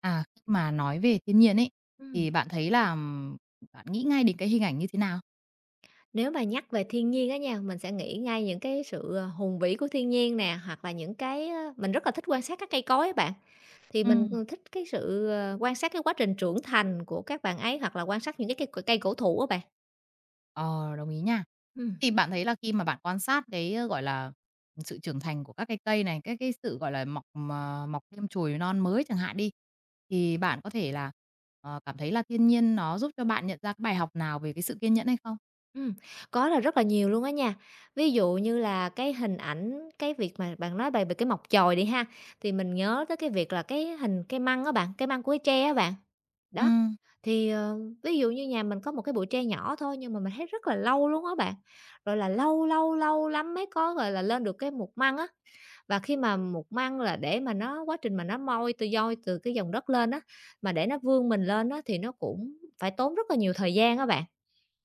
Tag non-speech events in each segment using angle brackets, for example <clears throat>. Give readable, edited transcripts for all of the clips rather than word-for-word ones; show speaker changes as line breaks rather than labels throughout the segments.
À, khi mà nói về thiên nhiên ấy,
Ừm,
thì bạn thấy là, bạn nghĩ ngay đến cái hình ảnh như thế nào?
Nếu mà nhắc về thiên nhiên á nha, mình sẽ nghĩ ngay những cái sự, hùng vĩ của thiên nhiên nè, hoặc là những cái á mình rất là thích quan sát các cây cối á bạn. Thì mình,
Ừm,
thích cái sự, quan sát cái quá trình trưởng thành của các bạn ấy, hoặc là quan sát những cái cây cây cổ thụ á bạn.
ờ, đồng ý nha.
Ừm,
Thì bạn thấy là khi mà bạn quan sát cái, gọi là, sự trưởng thành của các cái cây này, cái sự, gọi là, mọc mà mọc thêm chồi non mới chẳng hạn đi, thì bạn có thể là, cảm thấy là thiên nhiên nó giúp cho bạn nhận ra cái bài học nào về cái sự kiên nhẫn hay không?
ừm, có là rất là nhiều luôn á nha. Ví dụ như là cái hình ảnh cái việc mà bạn nói về về cái mọc chòi đi ha, thì mình nhớ tới cái việc là cái hình cây măng á bạn, cây măng của cái tre á bạn. Đó.
Ừm,
Thì, ví dụ như nhà mình có một cái bụi tre nhỏ thôi nhưng mà mình thấy rất là lâu luôn á bạn, rồi là lâu, lâu, lâu lắm mới có, gọi là, lên được cái mục măng á. Và khi mà mục măng là để mà nó quá trình mà nó moi từ dôi từ cái dòng đất lên á, mà để nó vươn mình lên á thì nó cũng phải tốn rất là nhiều thời gian á bạn.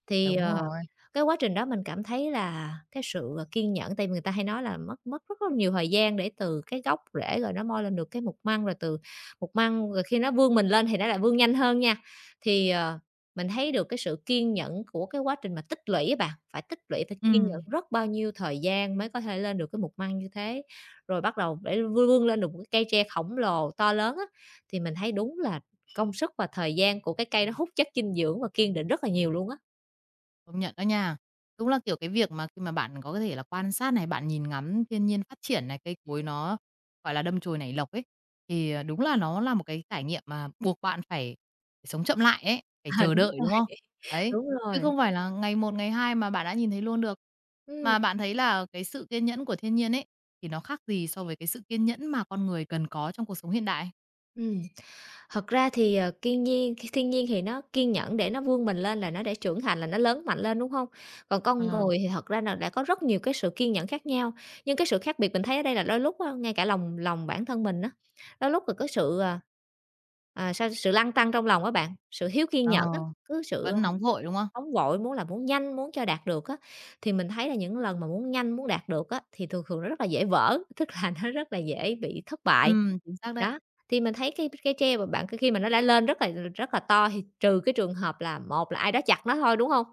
Thì,
đúng rồi.
cái quá trình đó mình cảm thấy là cái sự, kiên nhẫn tại vì người ta hay nói là mất mất rất là nhiều thời gian để từ cái gốc rễ rồi nó moi lên được cái mục măng, rồi từ mục măng rồi khi nó vươn mình lên thì nó lại vươn nhanh hơn nha. Thì, mình thấy được cái sự kiên nhẫn của cái quá trình mà tích lũy á bạn, phải tích lũy, phải kiên nhẫn
Ừm.
rất bao nhiêu thời gian mới có thể lên được cái mục măng như thế. Rồi bắt đầu để vươn vươn lên được một cái cây tre khổng lồ to lớn á, thì mình thấy đúng là công sức và thời gian của cái cây nó hút chất dinh dưỡng và kiên định rất là nhiều luôn á.
Công nhận đó nha. Đúng là, kiểu, cái việc mà khi mà bạn có thể là quan sát này, bạn nhìn ngắm thiên nhiên phát triển này, cây cối nó, gọi là, đâm chồi nảy lộc ấy, thì, đúng là nó là một cái trải nghiệm mà buộc bạn phải sống chậm lại ấy, phải
À,
chờ
đúng
đợi,
rồi,
đúng không?
<laughs>
Đấy,
đúng
chứ
rồi.
không phải là ngày một, ngày hai mà bạn đã nhìn thấy luôn được.
Ừ,
Mà bạn thấy là cái sự kiên nhẫn của thiên nhiên ấy, thì nó khác gì so với cái sự kiên nhẫn mà con người cần có trong cuộc sống hiện đại?
ừ. Thật ra thì, kiên nhiên khi thiên nhiên thì nó kiên nhẫn để nó vươn mình lên là nó để trưởng thành, là nó lớn mạnh lên, đúng không? Còn con
Ờ.
người thì thật ra là đã có rất nhiều cái sự kiên nhẫn khác nhau, nhưng cái sự khác biệt mình thấy ở đây là đôi lúc á, ngay cả lòng lòng bản thân mình á, đôi lúc là có sự, sao sự lăn tăn trong lòng á bạn, sự thiếu kiên nhẫn á,
Ờ,
cứ sự
vẫn nóng vội, đúng không?
Nóng vội, muốn là muốn nhanh, muốn cho đạt được á, thì mình thấy là những lần mà muốn nhanh, muốn đạt được á, thì thường thường nó rất là dễ vỡ, <laughs> tức là nó rất là dễ bị thất bại.
Chính xác đấy.
Đó, thì mình thấy cái treo mà bạn khi mà nó đã lên rất là to thì trừ cái trường hợp là một là ai đó chặt nó thôi, đúng không?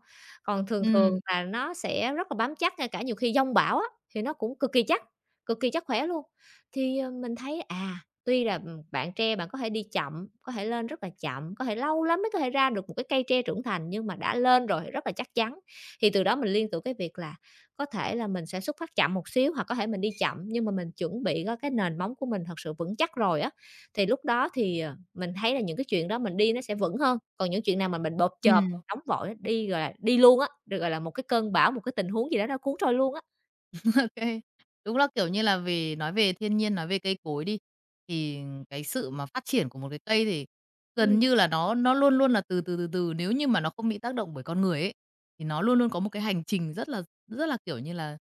Còn thường thường
Ừm,
là nó sẽ rất là bám chắc, ngay cả nhiều khi giông bão á, thì nó cũng cực kỳ chắc khỏe luôn. Thì, mình thấy, tuy là, bạn tre bạn có thể đi chậm, có thể lên rất là chậm, có thể lâu lắm mới có thể ra được một cái cây tre trưởng thành, nhưng mà đã lên rồi thì rất là chắc chắn. Thì từ đó mình liên tưởng cái việc là có thể là mình sẽ xuất phát chậm một xíu, hoặc có thể mình đi chậm nhưng mà mình chuẩn bị có cái nền móng của mình thật sự vững chắc rồi á, thì lúc đó thì, mình thấy là những cái chuyện đó mình đi nó sẽ vững hơn. Còn những chuyện nào mà mình bộp chộp,
ừm.
nóng vội á, đi, gọi là, đi luôn á, được gọi là một cái cơn bão, một cái tình huống gì đó nó cuốn trôi luôn á.
OK. Đúng là, kiểu như là, về nói về thiên nhiên, nói về cây cối đi, thì cái sự mà phát triển của một cái cây thì gần
Ừm,
như là nó luôn luôn là từ từ, từ từ, nếu như mà nó không bị tác động bởi con người ấy, thì nó luôn luôn có một cái hành trình rất là, kiểu như là,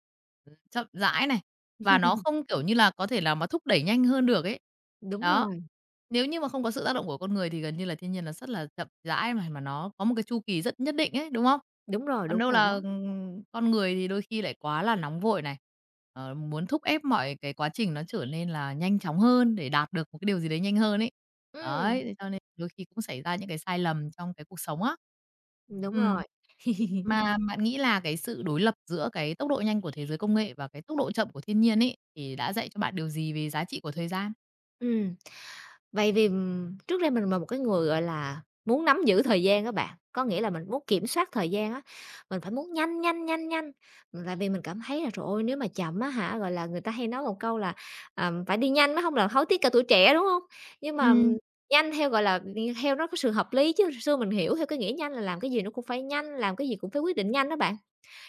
chậm rãi này, và nó không, kiểu như là, có thể là mà thúc đẩy nhanh hơn được ấy.
đúng
Đó,
rồi,
nếu như mà không có sự tác động của con người thì gần như là thiên nhiên nó rất là chậm rãi mà nó có một cái chu kỳ rất nhất định ấy, đúng không?
đúng rồi,
Còn
đúng
đâu
rồi
là,
đó.
con người thì đôi khi lại quá là nóng vội này, muốn thúc ép mọi cái quá trình nó trở nên là nhanh chóng hơn để đạt được một cái điều gì đấy nhanh hơn ấy.
Ừm,
Đấy, thế cho nên đôi khi cũng xảy ra những cái sai lầm trong cái cuộc sống á.
đúng
Ừm.
rồi,
Mà bạn nghĩ là cái sự đối lập giữa cái tốc độ nhanh của thế giới công nghệ và cái tốc độ chậm của thiên nhiên ấy, thì đã dạy cho bạn điều gì về giá trị của thời gian?
ừm. Trước đây mình là một cái người, gọi là, muốn nắm giữ thời gian các bạn, có nghĩa là mình muốn kiểm soát thời gian á, mình phải muốn nhanh, nhanh, nhanh, nhanh. Tại vì mình cảm thấy là trời ơi, nếu mà chậm á hả, gọi là, người ta hay nói một câu là, "Phải đi nhanh mới không là hối tiếc cả tuổi trẻ", đúng không? Nhưng mà
Ừm,
nhanh theo, gọi là, theo nó có sự hợp lý, chứ hồi xưa mình hiểu theo cái nghĩa nhanh là làm cái gì nó cũng phải nhanh, làm cái gì cũng phải quyết định nhanh đó bạn.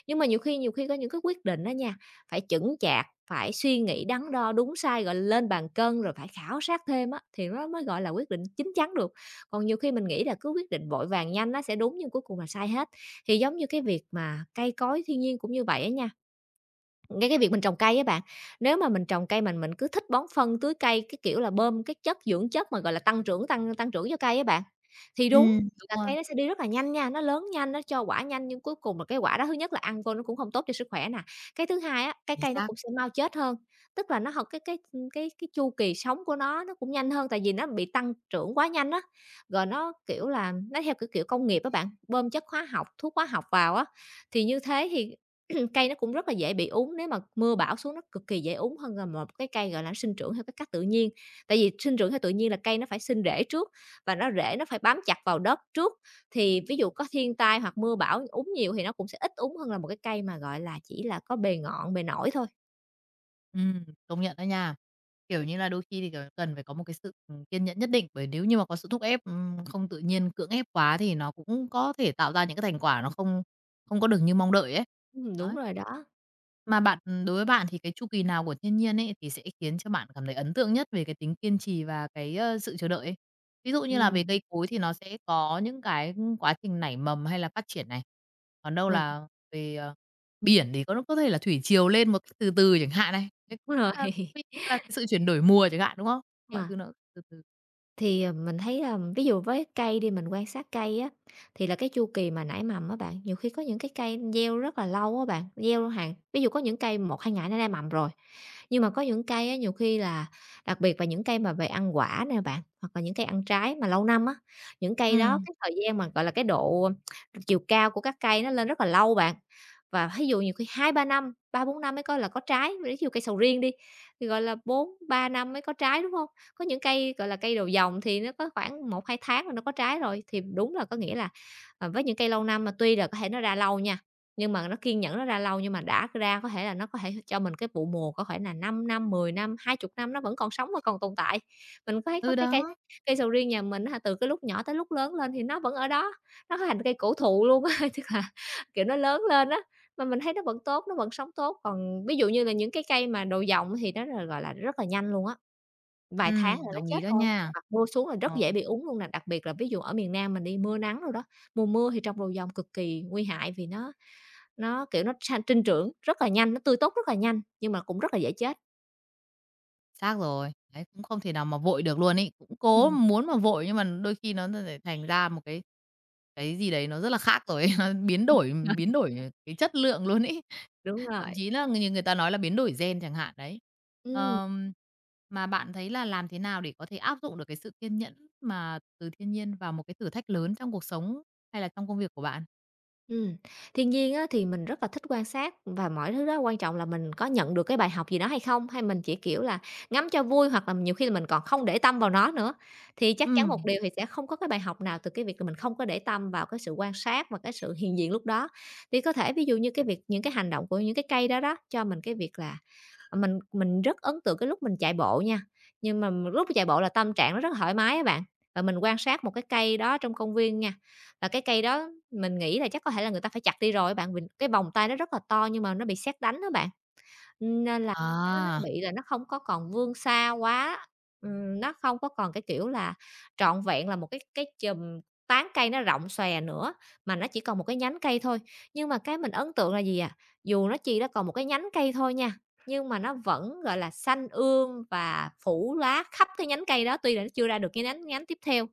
Nhưng mà nhiều khi có những cái quyết định đó nha, phải chững chạc, phải suy nghĩ đắn đo đúng sai, gọi là, lên bàn cân, rồi phải khảo sát thêm á, thì nó mới, gọi là, quyết định chín chắn được. Còn nhiều khi mình nghĩ là cứ quyết định vội vàng nhanh nó sẽ đúng nhưng cuối cùng là sai hết. Thì giống như cái việc mà cây cối thiên nhiên cũng như vậy á nha. Cái việc mình trồng cây á bạn, nếu mà mình trồng cây mình cứ thích bón phân, tưới cây, cái kiểu là, bơm cái chất dưỡng chất mà, gọi là, tăng trưởng cho cây á bạn, thì đúng
Đúng
là
rồi,
cây nó sẽ đi rất là nhanh nha, nó lớn nhanh, nó cho quả nhanh nhưng cuối cùng là cái quả đó thứ nhất là ăn vô nó cũng không tốt cho sức khỏe nè. Cái thứ hai á, cái
chính
cây nó
xác.
cũng sẽ mau chết hơn, tức là nó học cái chu kỳ sống của nó cũng nhanh hơn, tại vì nó bị tăng trưởng quá nhanh á. Rồi nó, kiểu là, nó theo, kiểu, kiểu, công nghiệp á bạn, bơm chất hóa học, thuốc hóa học vào á, thì như thế thì <clears throat> cây nó cũng rất là dễ bị úng, nếu mà mưa bão xuống nó cực kỳ dễ úng hơn là một cái cây, gọi là, sinh trưởng theo cái cách tự nhiên. Tại vì sinh trưởng theo tự nhiên là cây nó phải sinh rễ trước và nó rễ nó phải bám chặt vào đất trước, thì ví dụ có thiên tai hoặc mưa bão úng nhiều thì nó cũng sẽ ít úng hơn là một cái cây mà, gọi là, chỉ là có bề ngọn, bề nổi thôi.
Công nhận đó nha. Kiểu như là, đôi khi thì, kiểu, cần phải có một cái sự, kiên nhẫn nhất định, bởi nếu như mà có sự thúc ép, không tự nhiên cưỡng ép quá thì nó cũng có thể tạo ra những cái thành quả nó không không có được như mong đợi ấy.
Đúng
Đấy.
rồi đó.
Mà bạn đối với bạn thì cái chu kỳ nào của thiên nhiên ấy thì sẽ khiến cho bạn cảm thấy ấn tượng nhất về cái tính kiên trì và cái, sự chờ đợi ấy? Ví dụ như là về
Ừm,
cây cối thì nó sẽ có những cái, quá trình nảy mầm hay là phát triển này, còn đâu
mình
là về, biển thì có thể là thủy triều lên một cách từ từ chẳng hạn này, đấy
đúng rồi.
là quy
<laughs>
là cái sự chuyển đổi mùa chẳng hạn, đúng không?
Ờ.
Mọi thứ nó từ từ.
Thì, mình thấy, là ví dụ với cây đi, mình quan sát cây á, thì là cái chu kỳ mà nảy mầm á bạn, nhiều khi có những cái cây gieo rất là lâu á bạn, gieo hàng ví dụ có những cây 1-2 ngày nó nảy mầm rồi, nhưng mà có những cây á, nhiều khi là đặc biệt là những cây mà về ăn quả nè bạn, hoặc là những cây ăn trái mà lâu năm á, những cây đó
Ừ,
cái thời gian mà, gọi là, cái độ chiều cao của các cây nó lên rất là lâu bạn. Và ví dụ nhiều khi 2-3 năm, 3-4 năm mới coi là có trái, ví dụ cây sầu riêng đi, thì, gọi là, 4-3 năm mới có trái, đúng hông? Có những cây, gọi là, cây đầu dòng thì nó có khoảng 1-2 tháng là nó có trái rồi, thì đúng là có nghĩa là, với những cây lâu năm mà tuy là có thể nó ra lâu nha, nhưng mà nó kiên nhẫn nó ra lâu nhưng mà đã ra có thể là nó có thể cho mình cái vụ mùa có thể là 5 năm, 10 năm, 20 năm nó vẫn còn sống và còn tồn tại. Mình có thấy có
ừ,
cái cây
đó,
cây sầu riêng nhà mình á hả, từ cái lúc nhỏ tới lúc lớn lên thì nó vẫn ở đó, nó thành cây cổ thụ luôn á, <laughs> tức là, kiểu, nó lớn lên á, mà mình thấy nó vẫn tốt, nó vẫn sống tốt, còn ví dụ như là những cái cây mà đồ giọng thì nó là, gọi là, rất là nhanh luôn á,
ừ,
vài tháng là nó
đồng ý
chết
đó
rồi,
nha.
hoặc mưa xuống là rất
Ờ.
dễ bị úng luôn nè. Đặc biệt là ví dụ ở miền Nam mình đi, mưa nắng đồ đó, mùa mưa thì trồng đồ dòng cực kỳ nguy hại vì nó, kiểu, nó sinh trưởng rất là nhanh, nó tươi tốt rất là nhanh, nhưng mà cũng rất là dễ chết.
Xác rồi. Đấy, cũng không thể nào mà vội được luôn ấy. Cũng
<laughs>
cố
Ừm,
muốn mà vội nhưng mà đôi khi nó lại thành ra một cái gì đấy nó rất là khác rồi ấy, <laughs> nó biến đổi
rồi,
biến đổi cái chất lượng luôn ấy.
đúng
Thậm
rồi.
chí là như người ta nói là biến đổi gen chẳng hạn đấy.
Ừm.
Ờm, mà bạn thấy là làm thế nào để có thể áp dụng được cái sự kiên nhẫn mà từ thiên nhiên vào một cái thử thách lớn trong cuộc sống hay là trong công việc của bạn?
Ừm, thiên nhiên á, thì mình rất là thích quan sát và mọi thứ đó quan trọng là mình có nhận được cái bài học gì đó hay không, hay mình chỉ, kiểu là, ngắm cho vui hoặc là nhiều khi là mình còn không để tâm vào nó nữa. Thì chắc chắn
Ừ,
một điều thì sẽ không có cái bài học nào từ cái việc là mình không có để tâm vào cái sự quan sát và cái sự hiện diện lúc đó. Thì có thể ví dụ như cái việc những cái hành động của những cái cây đó đó, cho mình cái việc là, mình rất ấn tượng cái lúc mình chạy bộ nha, nhưng mà lúc chạy bộ là tâm trạng nó rất thoải mái á bạn, và mình quan sát một cái cây đó trong công viên nha, và cái cây đó mình nghĩ là chắc có thể là người ta phải chặt đi rồi á bạn, mình cái vòng tay nó rất là to nhưng mà nó bị sét đánh đó bạn, nên là nó
à,
bị là nó không có còn vươn xa quá, nó không có còn, cái kiểu là, trọn vẹn là một cái chùm tán cây nó rộng xòe nữa, mà nó chỉ còn một cái nhánh cây thôi. Nhưng mà cái mình ấn tượng là gì à? Dù nó chỉ là còn một cái nhánh cây thôi nha, nhưng mà nó vẫn, gọi là, xanh ươm và phủ lá khắp cái nhánh cây đó, tuy là nó chưa ra được cái nhánh nhánh tiếp theo,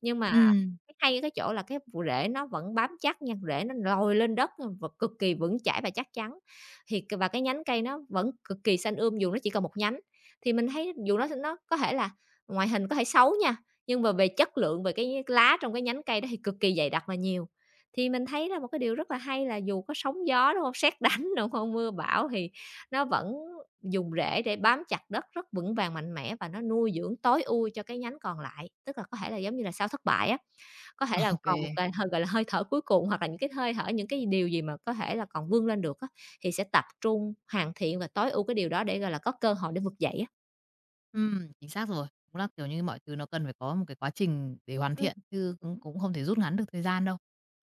nhưng mà
ừ,
cái hay ở cái chỗ là cái rễ nó vẫn bám chắc nha, rễ nó lồi lên đất và cực kỳ vững chãi và chắc chắn, thì c và cái nhánh cây nó vẫn cực kỳ xanh dù nó chỉ còn một nhánh. Thì mình thấy dù nó có thể là ngoại hình có thể xấu nha, nhưng mà về chất lượng, về cái lá trong cái nhánh cây đó thì cực kỳ dày đặc và nhiều. Thì mình thấy là một cái điều rất là hay là dù có sóng gió, đúng hông? Sét đánh, đúng không? Mưa bão thì nó vẫn dùng rễ để bám chặt đất rất vững vàng, mạnh mẽ và nó nuôi dưỡng tối ưu cho cái nhánh còn lại, tức là có thể là giống như là sau thất bại á, có thể là
ok.
còn một cái hơi, gọi là, hơi thở cuối cùng hoặc là những cái hơi thở, những cái điều gì mà có thể là còn vươn lên được á, thì sẽ tập trung hoàn thiện và tối ưu cái điều đó để, gọi là, có cơ hội để vực dậy á.
Chính xác rồi. Đúng là, kiểu như, mọi thứ nó cần phải có một cái quá trình để hoàn
Ừm,
thiện, chứ cũng cũng không thể rút ngắn được thời gian đâu.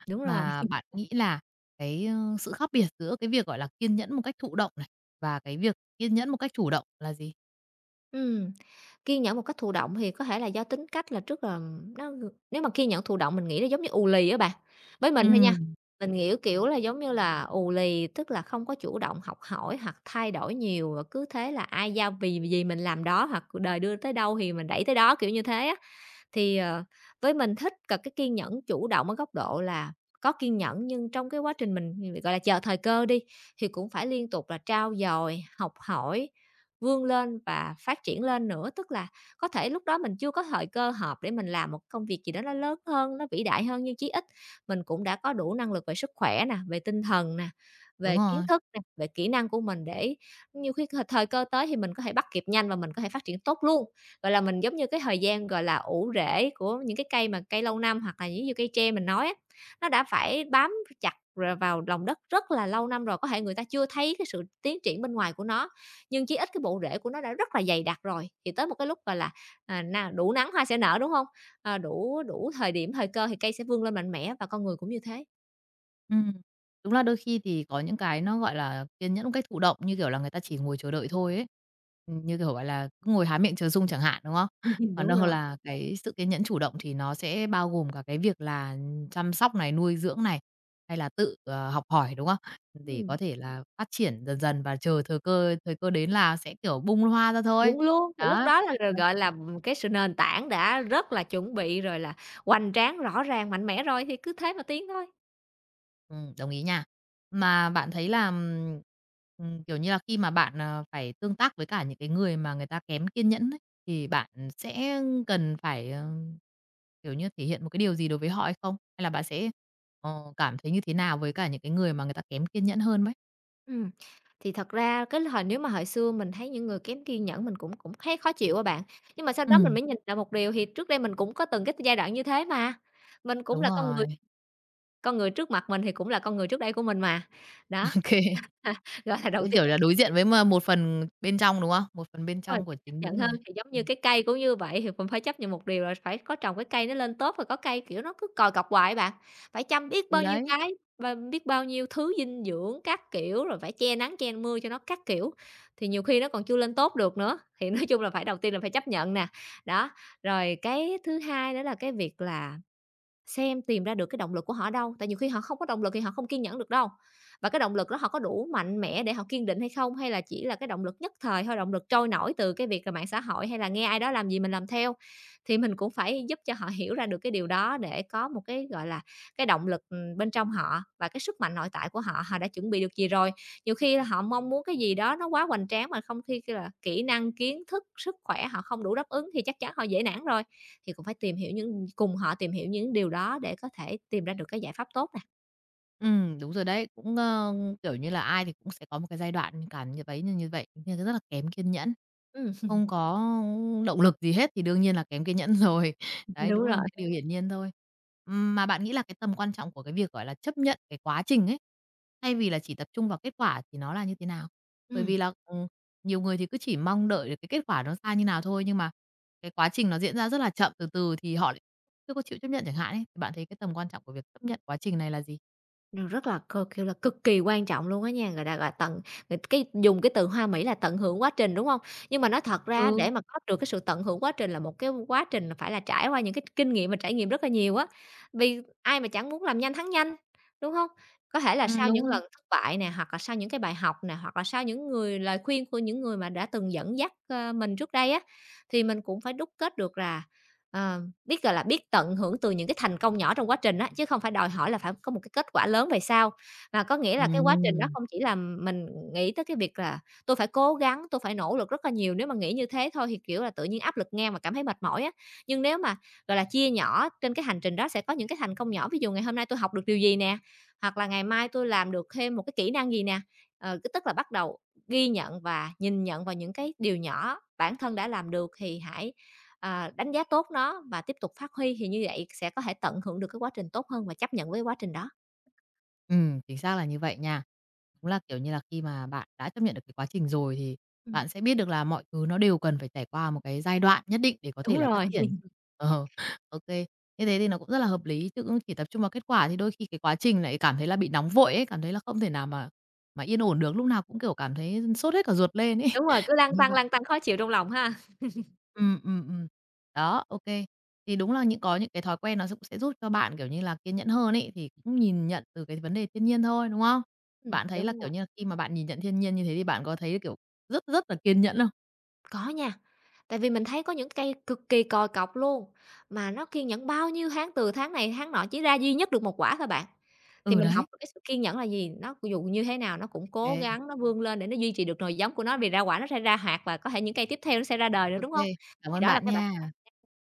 đúng rồi,
Mà bạn nghĩ là cái, sự khác biệt giữa cái việc, gọi là, kiên nhẫn một cách thụ động này, và cái việc kiên nhẫn một cách chủ động là gì?
ừm. Kiên nhẫn một cách thụ động thì có thể là do tính cách là trước là nó nếu mà kiên nhẫn thụ động mình nghĩ nó giống như ù lì á bạn, với mình thôi nha.
Ừm.
Mình nghĩ, kiểu là, giống như là ù lì, tức là không có chủ động học hỏi hoặc thay đổi nhiều, rồi cứ thế là ai giao vì gì mình làm đó hoặc cuộc đời đưa tới đâu thì mình đẩy tới đó, kiểu như thế á. Thì, với mình thích cái kiên nhẫn chủ động ở góc độ là có kiên nhẫn nhưng trong cái quá trình mình, gọi là, chờ thời cơ đi, thì cũng phải liên tục là trau dồi, học hỏi vươn lên và phát triển lên nữa. Tức là có thể lúc đó mình chưa có thời cơ hợp để mình làm một công việc gì đó nó lớn hơn, nó vĩ đại hơn, nhưng chí ít mình cũng đã có đủ năng lực về sức khỏe nè, về tinh thần nè,
Đúng
về kiến
rồi.
thức nè, về kỹ năng của mình để nhiều khi thời thời cơ tới thì mình có thể bắt kịp nhanh và mình có thể phát triển tốt luôn. Gọi là, mình giống như cái thời gian, gọi là, ủ rễ của những cái cây mà cây lâu năm hoặc là giống như cây tre mình nói á, nó đã phải bám chặt vào lòng đất rất là lâu năm rồi, có thể người ta chưa thấy cái sự tiến triển bên ngoài của nó, nhưng chí ít cái bộ rễ của nó đã rất là dày đặc rồi, thì tới một cái lúc, gọi là, à, n đủ nắng hoa sẽ nở, đúng không? À, đủ đủ thời điểm, thời cơ thì cây sẽ vươn lên mạnh mẽ và con người cũng như thế.
Ừm, đúng là đôi khi thì có những cái nó, gọi là, kiên nhẫn một cách thụ động, như kiểu là, người ta chỉ ngồi chờ đợi thôi ấy. Như kiểu, gọi là, cứ ngồi há miệng chờ sung chẳng hạn, đúng không? <laughs>
<laughs>
Còn
Đúng
đâu
rồi.
là cái sự kiên nhẫn chủ động thì nó sẽ bao gồm cả cái việc là chăm sóc này, nuôi dưỡng này, hay là tự, học hỏi, đúng không? Để
Ừm,
có thể là phát triển dần dần và chờ thời cơ đến là sẽ, kiểu, bung hoa ra thôi.
chuẩn luôn, thì lúc
Đó.
đó là gọi là, cái sự nền tảng đã rất là chuẩn bị rồi là hoành tráng, rõ ràng, mạnh mẽ rồi thì cứ thế mà tiến thôi.
Đồng ý nha. Mà bạn thấy là, kiểu như là, khi mà bạn, phải tương tác với cả những cái người mà người ta kém kiên nhẫn ấy, thì bạn sẽ cần phải, kiểu như, thể hiện một cái điều gì đối với họ hay không? Hay là bạn sẽ, cảm thấy như thế nào với cả những cái người mà người ta kém kiên nhẫn hơn mấy?
Ừm, thì thật ra cái thời nếu mà hồi xưa mình thấy những người kém kiên nhẫn mình cũng cũng thấy khó chịu á bạn, nhưng mà sau đó mình
Ừ,
mới nhìn lại một điều thì trước đây mình cũng có từng cái giai đoạn như thế mà, mình cũng
đúng
là con người.
rồi.
Con người trước mặt mình thì cũng là con người trước đây của mình mà. Đó,
<laughs> Ok.
<laughs> gọi là, đầu
Cũng,
tiên
kiểu là, đối diện với mà một phần bên trong, đúng không? Một phần bên
đúng rồi,
trong của
chấp
chính mỗi
nhận hơn,
người.
thì giống như
Ừm,
cái cây cũng như vậy, thì mình phải chấp nhận một điều là phải có trồng cái cây nó lên tốt, và có cây, kiểu, nó cứ còi cọc hoài bạn, phải chăm biết
ừ,
bao nhiêu
đấy.
cái, và biết bao nhiêu thứ dinh dưỡng các kiểu, rồi phải che nắng, che mưa cho nó các kiểu, thì nhiều khi nó còn chưa lên tốt được nữa. Thì <laughs> nói chung là phải đầu tiên là phải chấp nhận nè, đó. Rồi cái thứ hai đó là cái việc là xem tìm ra được cái động lực của họ ở đâu, tại nhiều khi họ không có động lực thì họ không kiên nhẫn được đâu. Và cái động lực đó họ có đủ mạnh mẽ để họ kiên định hay không, hay là chỉ là cái động lực nhất thời thôi, động lực trôi nổi từ cái việc là mạng xã hội, hay là nghe ai đó làm gì mình làm theo. Thì mình cũng phải giúp cho họ hiểu ra được cái điều đó để có một cái, gọi là cái động lực, bên trong họ và cái sức mạnh nội tại của họ, họ đã chuẩn bị được gì rồi. Nhiều khi là họ mong muốn cái gì đó nó quá hoành tráng mà không khi là kỹ năng, kiến thức, sức khỏe họ không đủ đáp ứng thì chắc chắn họ dễ nản rồi. Thì cũng phải tìm hiểu những cùng họ tìm hiểu những điều đó để có thể tìm ra được cái giải pháp tốt nè.
Đúng rồi đấy. Cũng, kiểu như là, ai thì cũng sẽ có một cái giai đoạn cảm như vấy như như vậy, nên rất là kém kiên nhẫn,
Ừm,
không có động lực gì hết thì đương nhiên là kém kiên nhẫn rồi. <laughs>
<laughs>
Đấy,
đúng
đúng là một
rồi.
cái điều hiển nhiên thôi. Mà bạn nghĩ là cái tầm quan trọng của cái việc, gọi là, chấp nhận cái quá trình ấy, thay vì là chỉ tập trung vào kết quả thì nó là như thế nào? Bởi
Ừm.
vì là, nhiều người thì cứ chỉ mong đợi được cái kết quả nó ra như nào thôi, nhưng mà cái quá trình nó diễn ra rất là chậm, từ từ thì họ lại chưa có chịu chấp nhận chẳng hạn ấy, thì bạn thấy cái tầm quan trọng của việc chấp nhận quá trình này là gì?
Nó rất là kiểu là, cực kỳ quan trọng luôn á nha, người ta, gọi, tận cái dùng cái từ hoa mỹ là tận hưởng quá trình, đúng không? Nhưng mà nói thật ra để
Ừ.
mà có được cái sự tận hưởng quá trình là một cái quá trình là phải là trải qua những cái kinh nghiệm và trải nghiệm rất là nhiều á, vì ai mà chẳng muốn làm nhanh thắng nhanh, đúng không? Có thể là sau
Đúng
những
rồi.
lần thất bại nè, hoặc là sau những cái bài học nè, hoặc là sau những người lời khuyên của những người mà đã từng dẫn dắt, mình trước đây á, thì mình cũng phải đúc kết được là, ờ, biết, gọi là, biết tận hưởng từ những cái thành công nhỏ trong quá trình á, chứ không phải đòi hỏi là phải có một cái kết quả lớn về sau. Mà có nghĩa là cái quá trình đó
Ừm,
không chỉ là mình nghĩ tới cái việc là tôi phải cố gắng, tôi phải nỗ lực rất là nhiều, nếu mà nghĩ như thế thôi thì, kiểu là, tự nhiên áp lực ngang và cảm thấy mệt mỏi á. Nhưng nếu mà, gọi là, chia nhỏ trên cái hành trình đó sẽ có những cái thành công nhỏ, ví dụ ngày hôm nay tôi học được điều gì nè, hoặc là ngày mai tôi làm được thêm một cái kỹ năng gì nè, ờ, cái tức là bắt đầu ghi nhận và nhìn nhận vào những cái điều nhỏ bản thân đã làm được thì hãy À, đánh giá tốt nó và tiếp tục phát huy thì như vậy sẽ có thể tận hưởng được cái quá trình tốt hơn và chấp nhận với quá trình đó.
chính xác là như vậy nha. Đúng là, kiểu như là, khi mà bạn đã chấp nhận được cái quá trình rồi thì
Ừm.
bạn sẽ biết được là mọi thứ nó đều cần phải trải qua một cái giai đoạn nhất định để có
Đúng
thể là phát
rồi,
triển.
<laughs>
<laughs> Ờ, ô kê, như thế thì nó cũng rất là hợp lý, chứ cũng chỉ tập trung vào kết quả thì đôi khi cái quá trình lại cảm thấy là bị nóng vội ấy, cảm thấy là không thể nào mà yên ổn được, lúc nào cũng, kiểu, cảm thấy sốt hết cả ruột lên ấy.
đúng rồi, cứ lăn
Như
tăng
vậy.
lăn tăng khó chịu trong lòng ha.
Ừ, ừm. Đó, ok. Thì đúng là những có những cái thói quen nó cũng sẽ giúp cho bạn, kiểu như là, kiên nhẫn hơn ấy, thì cũng nhìn nhận từ cái vấn đề thiên nhiên thôi, đúng không? Bạn thấy là,
Đúng
kiểu
rồi.
như là, khi mà bạn nhìn nhận thiên nhiên như thế thì bạn có thấy, kiểu, rất rất là kiên nhẫn không?
Có nha, tại vì mình thấy có những cây cực kỳ còi cọc luôn, mà nó kiên nhẫn bao nhiêu tháng, từ tháng này tháng nọ chỉ ra duy nhất được một quả thôi bạn. Thì
Ừ,
mình học
đấy.
được cái sự kiên nhẫn là gì? Nó dù như thế nào nó
Ok.
cũng cố
Kê.
gắng, nó vươn lên để nó duy trì được nồi giống của nó, vì ra quả nó sẽ ra hạt và có thể những cây tiếp theo nó sẽ ra đời nữa, đúng không?
Cảm
Thì
ơn
đó là
bạn
cái
nha.
bạn